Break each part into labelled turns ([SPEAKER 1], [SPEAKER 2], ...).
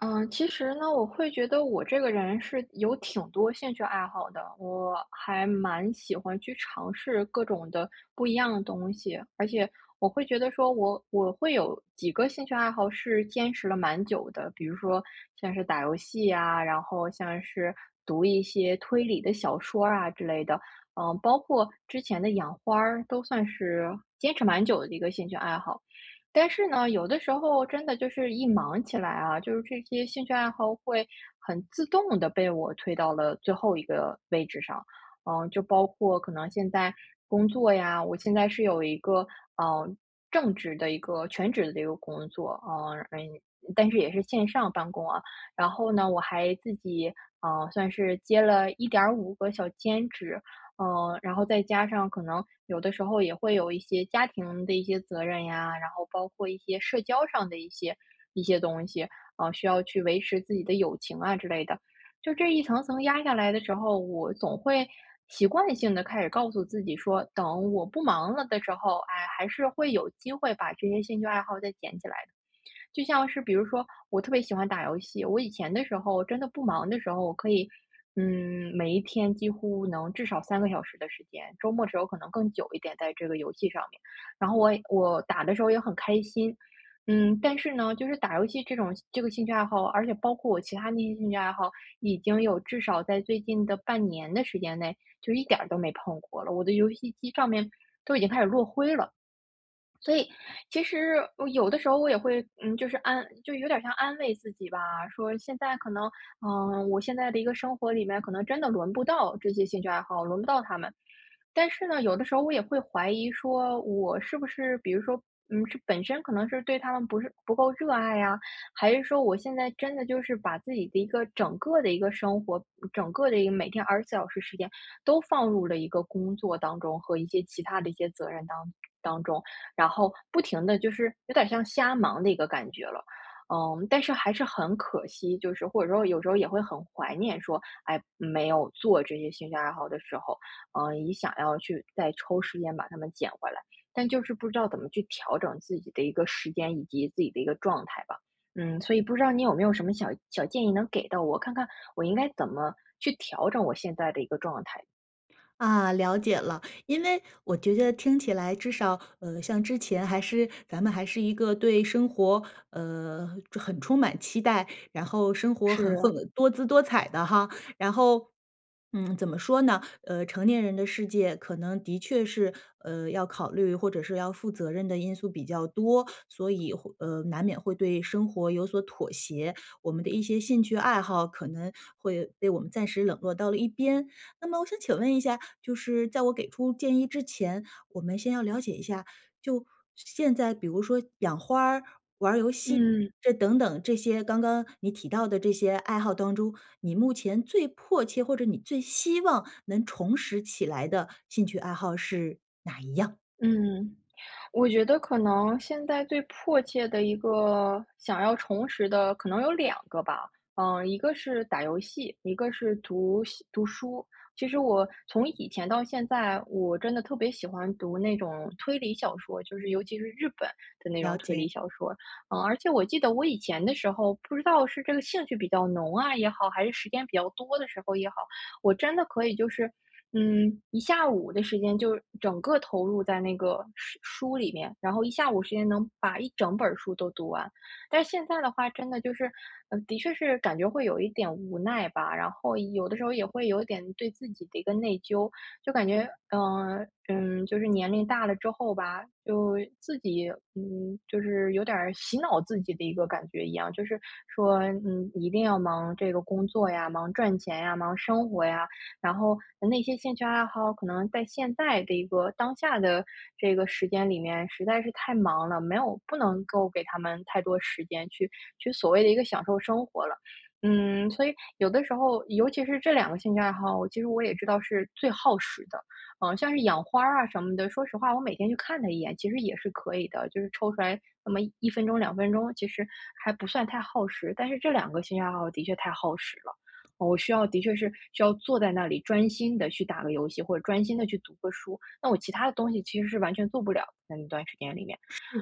[SPEAKER 1] 嗯，其实呢，我会觉得我这个人是有挺多兴趣爱好的，我还蛮喜欢去尝试各种的不一样的东西，而且我会觉得说我会有几个兴趣爱好是坚持了蛮久的，比如说像是打游戏啊，然后像是读一些推理的小说啊之类的，包括之前的养花儿都算是坚持蛮久的一个兴趣爱好。但是呢，有的时候真的就是一忙起来啊，就是这些兴趣爱好会很自动的被我推到了最后一个位置上。就包括可能现在工作呀，我现在是有一个，嗯正职的一个全职的一个工作，但是也是线上办公啊。然后呢，我还自己，算是接了1.5个小兼职，然后再加上可能有的时候也会有一些家庭的一些责任呀，然后包括一些社交上的一些东西，需要去维持自己的友情啊之类的。就这一层层压下来的时候，我总会习惯性的开始告诉自己说，等我不忙了的时候，哎，还是会有机会把这些兴趣爱好再捡起来的。就像是比如说，我特别喜欢打游戏，我以前的时候真的不忙的时候，我可以，每一天几乎能至少3个小时的时间，周末时候可能更久一点在这个游戏上面。然后我打的时候也很开心，但是呢，就是打游戏这种这个兴趣爱好，而且包括我其他那些兴趣爱好，已经有至少在最近的半年的时间内，就一点儿都没碰过了。我的游戏机上面都已经开始落灰了。所以其实我有的时候我也会，就是就有点像安慰自己吧，说现在可能，我现在的一个生活里面，可能真的轮不到这些兴趣爱好，轮不到他们。但是呢，有的时候我也会怀疑说，我是不是，比如说，是本身可能是对他们不是不够热爱呀，还是说我现在真的就是把自己的一个整个的一个生活，整个的一个每天24小时时间，都放入了一个工作当中和一些其他的一些责任当中。然后不停的就是有点像瞎忙的一个感觉了。但是还是很可惜，就是或者说有时候也会很怀念说，哎，没有做这些兴趣爱好的时候，也想要去再抽时间把它们捡回来，但就是不知道怎么去调整自己的一个时间以及自己的一个状态吧。所以不知道你有没有什么小小建议能给到我，看看我应该怎么去调整我现在的一个状态？
[SPEAKER 2] 啊，了解了。因为我觉得听起来至少，像之前还是咱们还是一个对生活，很充满期待，然后生活很丰
[SPEAKER 1] 是，
[SPEAKER 2] 多姿多彩的哈。然后，嗯，怎么说呢？成年人的世界可能的确是，要考虑或者是要负责任的因素比较多，所以会难免会对生活有所妥协。我们的一些兴趣爱好可能会被我们暂时冷落到了一边。那么我想请问一下，就是在我给出建议之前，我们先要了解一下，就现在比如说养花儿，
[SPEAKER 1] 嗯
[SPEAKER 2] 这等等这些刚刚你提到的这些爱好当中，你目前最迫切或者你最希望能重拾起来的兴趣爱好是
[SPEAKER 1] 嗯。我觉得可能现在最迫切的一个想要重拾的，可能有两个吧。一个是打游戏，一个是读书。其实我从以前到现在，我真的特别喜欢读那种推理小说，就是尤其是日本的那种
[SPEAKER 2] 了
[SPEAKER 1] 推理
[SPEAKER 2] 解？
[SPEAKER 1] 小说。而且我记得我以前的时候，不知道是这个兴趣比较浓啊也好，还是时间比较多的时候也好，我真的可以就是一下午的时间就整个投入在那个书里面，然后一下午时间能把一整本儿书都读完。但是现在的话，真的就是，的确是感觉会有一点无奈吧，然后有的时候也会有一点对自己的一个内疚，就感觉，就是年龄大了之后吧，就自己，就是有点儿洗脑自己的一个感觉一样，就是说，一定要忙这个工作呀，忙赚钱呀，忙生活呀，然后那些兴趣爱好可能在现在的一个当下的这个时间里面实在是太忙了，没有不能够给他们太多时间去所谓的一个享受生活了。所以有的时候，尤其是这两个兴趣爱好，我其实我也知道是最耗时的。像是养花儿啊什么的，说实话，我每天去看它一眼，其实也是可以的，就是抽出来那么1分钟、2分钟，其实还不算太耗时。但是这两个兴趣爱好的确太耗时了。我需要的确是需要坐在那里专心的去打个游戏，或者专心的去读个书，那我其他的东西其实是完全做不了在那段时间里面。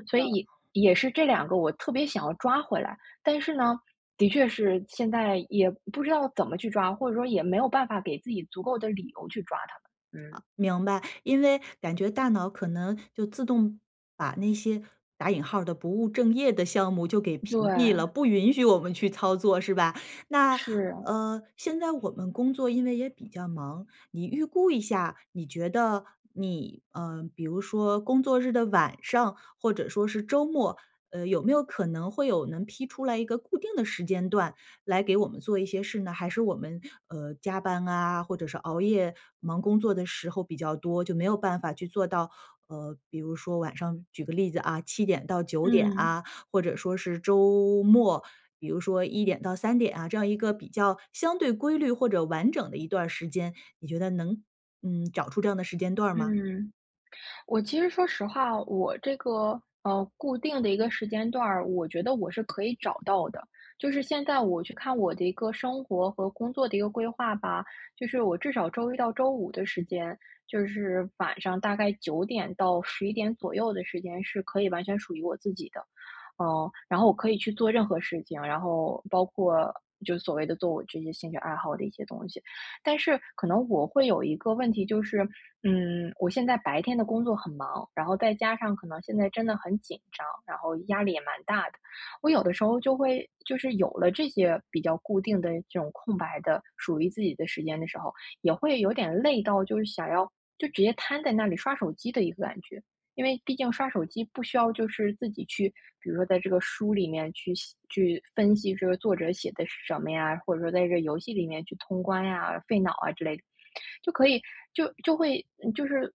[SPEAKER 1] 所以也是这两个我特别想要抓回来，但是呢，的确是现在也不知道怎么去抓，或者说也没有办法给自己足够的理由去抓它们。嗯，
[SPEAKER 2] 明白，因为感觉大脑可能就自动把那些打引号儿的不务正业的项目就给屏蔽了，
[SPEAKER 1] 对，
[SPEAKER 2] 不允许我们去操作，是吧？那
[SPEAKER 1] 是，
[SPEAKER 2] 现在我们工作因为也比较忙，你预估一下，你觉得你比如说工作日的晚上，或者说是周末，有没有可能会有能批出来一个固定的时间段，来给我们做一些事呢？还是我们呃加班啊，或者是熬夜忙工作的时候比较多，就没有办法去做到比如说晚上举个例子啊，七点到九点
[SPEAKER 1] 嗯，
[SPEAKER 2] 啊，或者说是周末，比如说一点到三点啊，这样一个比较相对规律或者完整的一段儿时间，你觉得能找出这样的时间段儿吗？
[SPEAKER 1] 嗯。我其实说实话，我这个固定的一个时间段儿，我觉得我是可以找到的。就是现在我去看我的一个生活和工作的一个规划吧，就是我至少周一到周五的时间，就是晚上大概9点到11点左右的时间是可以完全属于我自己的。然后我可以去做任何事情，然后包括就所谓的做我这些兴趣爱好的一些东西。但是可能我会有一个问题，就是，我现在白天的工作很忙，然后再加上可能现在真的很紧张，然后压力也蛮大的。我有的时候就会，就是有了这些比较固定的这种空白的属于自己的时间的时候，也会有点累到，就是想要就直接瘫在那里刷手机的一个感觉。因为毕竟刷手机不需要就是自己去，比如说在这个书里面去写去分析这个作者写的是什么呀，或者说在这游戏里面去通关呀、费脑啊之类的，就可以就就会就是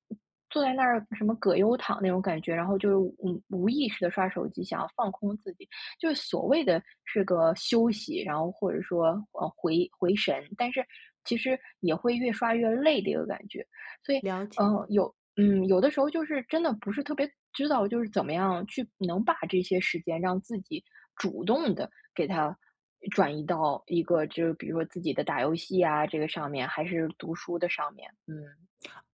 [SPEAKER 1] 坐在那儿什么葛优躺那种感觉，然后就是无意识的刷手机，想要放空自己，就是所谓的是个休息，然后或者说回神，但是其实也会越刷越累的一个感觉。所以，
[SPEAKER 2] 了解。
[SPEAKER 1] 呃，有有的时候就是真的不是特别知道，就是怎么样去能把这些时间让自己主动的给它转移到一个就是比如说自己的打游戏啊，这个上面，还是读书的上面。嗯，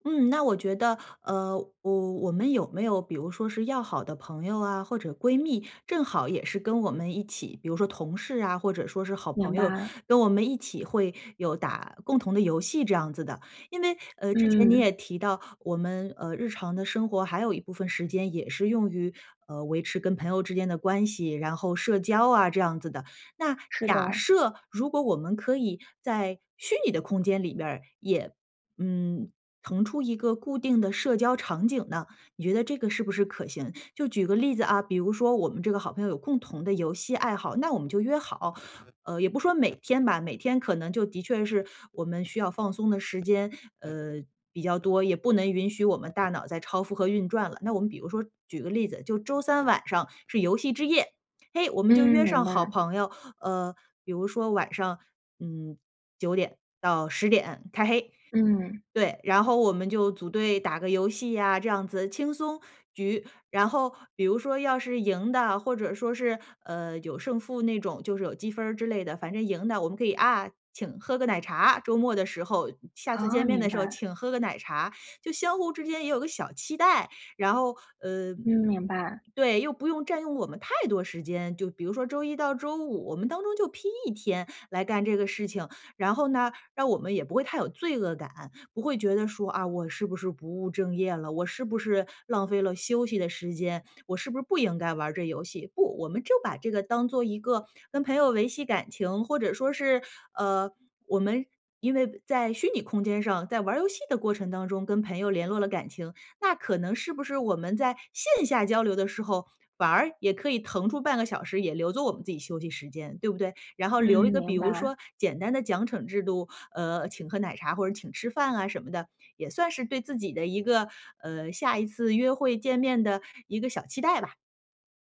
[SPEAKER 2] 嗯，那我觉得，我们有没有比如说是要好的朋友啊，或者闺蜜，正好也是跟我们一起，比如说同事啊，或者说是好
[SPEAKER 1] 明
[SPEAKER 2] 朋友，
[SPEAKER 1] 白。
[SPEAKER 2] 跟我们一起会有打共同的游戏这样子的。因为，之前你也
[SPEAKER 1] 嗯，
[SPEAKER 2] 提到，我们呃日常的生活还有一部分时间也是用于维持跟朋友之间的关系，然后社交啊这样子的。那
[SPEAKER 1] 是
[SPEAKER 2] 假
[SPEAKER 1] 的。
[SPEAKER 2] 设如果我们可以在虚拟的空间里边儿也。嗯，腾出一个固定的社交场景呢？你觉得这个是不是可行？就举个例子啊，比如说我们这个好朋友有共同的游戏爱好，那我们就约好，也不说每天吧，每天可能就的确是我们需要放松的时间，呃，比较多，也不能允许我们大脑在超负荷运转了。那我们比如说举个例子，就周三晚上是游戏之夜，嘿，我们就
[SPEAKER 1] 嗯，
[SPEAKER 2] 约上
[SPEAKER 1] 明
[SPEAKER 2] 好
[SPEAKER 1] 白。
[SPEAKER 2] 朋友，呃，比如说晚上，嗯，九点到十点开黑，
[SPEAKER 1] 嗯，
[SPEAKER 2] 对，然后我们就组队打个游戏呀，这样子轻松局。然后比如说要是赢的，或者说是，有胜负那种，就是有积分儿之类的，反正赢的我们可以啊，请喝个奶茶，周末的时候，下次见
[SPEAKER 1] 啊，
[SPEAKER 2] 面的
[SPEAKER 1] 明
[SPEAKER 2] 时候
[SPEAKER 1] 白。
[SPEAKER 2] 请喝个奶茶，就相互之间也有个小期待。然后，呃
[SPEAKER 1] 嗯，明白。
[SPEAKER 2] 对，又不用占用我们太多时间，就比如说周一到周五，我们当中就拼一天来干这个事情。然后呢，让我们也不会太有罪恶感，不会觉得说啊，我是不是不务正业了？我是不是浪费了休息的时间？我是不是不应该玩儿这游戏？不，我们就把这个当做一个跟朋友维系感情，或者说是呃，我们因为在虚拟空间上，在玩儿游戏的过程当中跟朋友联络了感情，那可能是不是我们在线下交流的时候，反而也可以腾出半个小时，也留作我们自己休息时间，对不对？然后
[SPEAKER 1] 嗯，
[SPEAKER 2] 留一个比
[SPEAKER 1] 明
[SPEAKER 2] 如
[SPEAKER 1] 白。
[SPEAKER 2] 说简单的奖惩制度，请喝奶茶或者请吃饭啊什么的，也算是对自己的一个，下一次约会见面的一个小期待吧，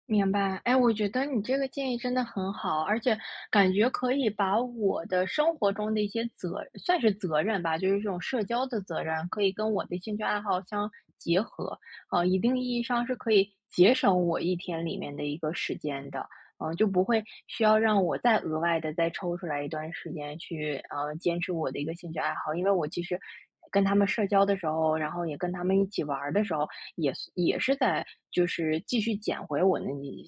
[SPEAKER 1] 明白，哎，我觉得你这个建议真的很好，而且感觉可以把我的生活中的一些责，算是责任吧，就是这种社交的责任，可以跟我的兴趣爱好相结合，啊、一定意义上是可以节省我一天里面的一个时间的。就不会需要让我再额外的再抽出来一段时间去，坚持我的一个兴趣爱好。因为我其实跟他们社交的时候，然后也跟他们一起玩儿的时候，也是也是在就是继续捡回我那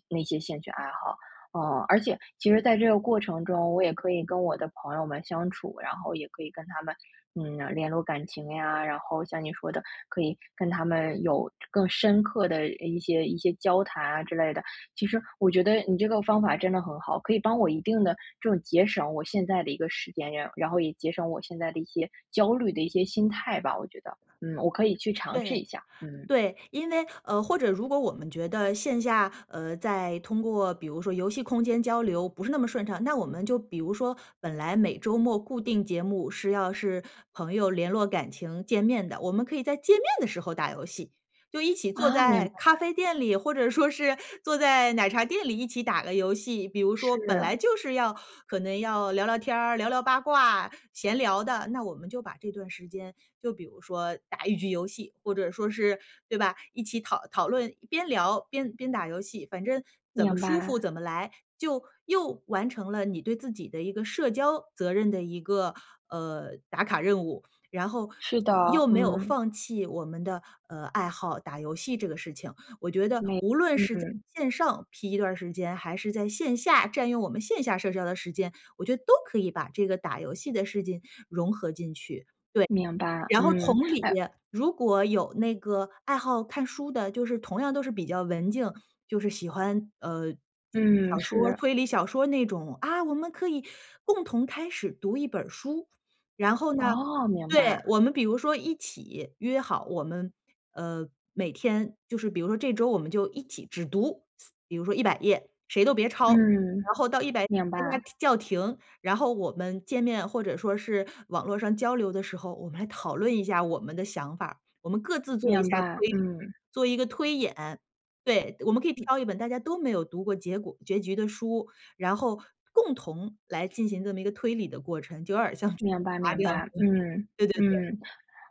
[SPEAKER 1] 那些兴趣爱好。而且其实在这个过程中，我也可以跟我的朋友们相处，然后也可以跟他们，联络感情呀，然后像你说的，可以跟他们有更深刻的一些交谈啊之类的。其实我觉得你这个方法真的很好，可以帮我一定的这种节省我现在的一个时间，然后也节省我现在的一些焦虑的一些心态吧，我觉得，我可以去尝试
[SPEAKER 2] 对。
[SPEAKER 1] 一下，嗯，
[SPEAKER 2] 对，因为呃，或者如果我们觉得线下呃，在通过比如说游戏空间交流不是那么顺畅，那我们就比如说本来每周末固定节目是要是朋友联络感情见面的，我们可以在见面的时候打游戏，就一起坐
[SPEAKER 1] 啊，明
[SPEAKER 2] 在
[SPEAKER 1] 白，
[SPEAKER 2] 咖啡店里，或者说是坐在奶茶店里一起打个游戏。比如说本
[SPEAKER 1] 是，
[SPEAKER 2] 来就是要可能要聊聊天儿、聊聊八卦、闲聊的，那我们就把这段时间就比如说打一局游戏，或者说是对吧，一起讨论，边聊边打游戏，反正怎么
[SPEAKER 1] 明
[SPEAKER 2] 舒服
[SPEAKER 1] 白，
[SPEAKER 2] 怎么来，就又完成了你对自己的一个社交责任的一个呃打卡任务，然后
[SPEAKER 1] 是的，
[SPEAKER 2] 又没有
[SPEAKER 1] 嗯，
[SPEAKER 2] 放弃我们的呃爱好打游戏这个事情。我觉得
[SPEAKER 1] 没，
[SPEAKER 2] 无论是在
[SPEAKER 1] 嗯，
[SPEAKER 2] 线上批一段时间，还是在线下占用我们线下社交的时间，我觉得都可以把这个打游戏的事情融合进去。对。
[SPEAKER 1] 明白，
[SPEAKER 2] 然后
[SPEAKER 1] 嗯，
[SPEAKER 2] 同理，
[SPEAKER 1] 哎，
[SPEAKER 2] 如果有那个爱好看书的，就是同样都是比较文静，就是喜欢，
[SPEAKER 1] 嗯，
[SPEAKER 2] 小说、
[SPEAKER 1] 是，
[SPEAKER 2] 推理小说那种，啊，我们可以共同开始读一本书。然后呢
[SPEAKER 1] 哦，明
[SPEAKER 2] 对，
[SPEAKER 1] 白，
[SPEAKER 2] 我们比如说一起约好，我们，每天就是比如说这周我们就一起只读，比如说100页，谁都别抄，
[SPEAKER 1] 嗯，
[SPEAKER 2] 然后到一百
[SPEAKER 1] 明白，
[SPEAKER 2] 大家叫停，然后我们见面或者说是网络上交流的时候，我们来讨论一下我们的想法儿我们各自做一
[SPEAKER 1] 明
[SPEAKER 2] 下
[SPEAKER 1] 白，
[SPEAKER 2] 推
[SPEAKER 1] 嗯，
[SPEAKER 2] 做一个推演。对，我们可以挑一本大家都没有读过结局的书，然后共同来进行这么一个推理的过程，就有点儿像这
[SPEAKER 1] 明
[SPEAKER 2] 个
[SPEAKER 1] 白，
[SPEAKER 2] 花
[SPEAKER 1] 明
[SPEAKER 2] 这样
[SPEAKER 1] 白，
[SPEAKER 2] 子。
[SPEAKER 1] 嗯，
[SPEAKER 2] 对对对，
[SPEAKER 1] 嗯。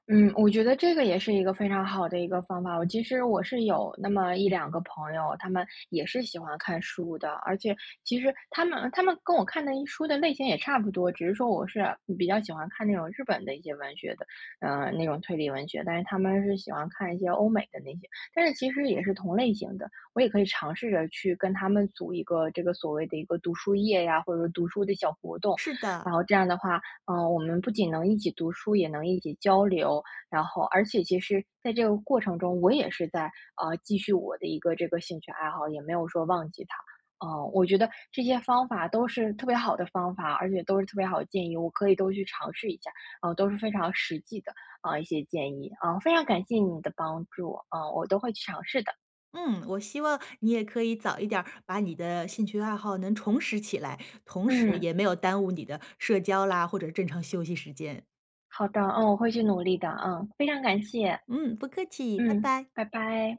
[SPEAKER 1] 我觉得这个也是一个非常好的一个方法。我其实我是有那么一两个朋友，他们也是喜欢看书的，而且其实他们跟我看的一书的类型也差不多，只是说我是比较喜欢看那种日本的一些文学的，那种推理文学，但是他们是喜欢看一些欧美的那些，但是其实也是同类型的。我也可以尝试着去跟他们组一个这个所谓的一个读书夜呀，或者说读书的小活动，
[SPEAKER 2] 是的，
[SPEAKER 1] 然后这样的话，我们不仅能一起读书，也能一起交流，然后而且其实在这个过程中，我也是在，继续我的一个这个兴趣爱好，也没有说忘记它。我觉得这些方法都是特别好的方法，而且都是特别好的建议，我可以都去尝试一下，都是非常实际的，啊一些建议，啊，非常感谢你的帮助，啊，我都会去尝试的。
[SPEAKER 2] 嗯，我希望你也可以早一点儿把你的兴趣爱好能重拾起来，同时
[SPEAKER 1] 嗯，
[SPEAKER 2] 也没有耽误你的社交啦，或者正常休息时间。
[SPEAKER 1] 好的，嗯，我会去努力的，嗯，非常感谢，
[SPEAKER 2] 嗯，不客气，拜
[SPEAKER 1] 嗯，
[SPEAKER 2] 拜。
[SPEAKER 1] 拜拜。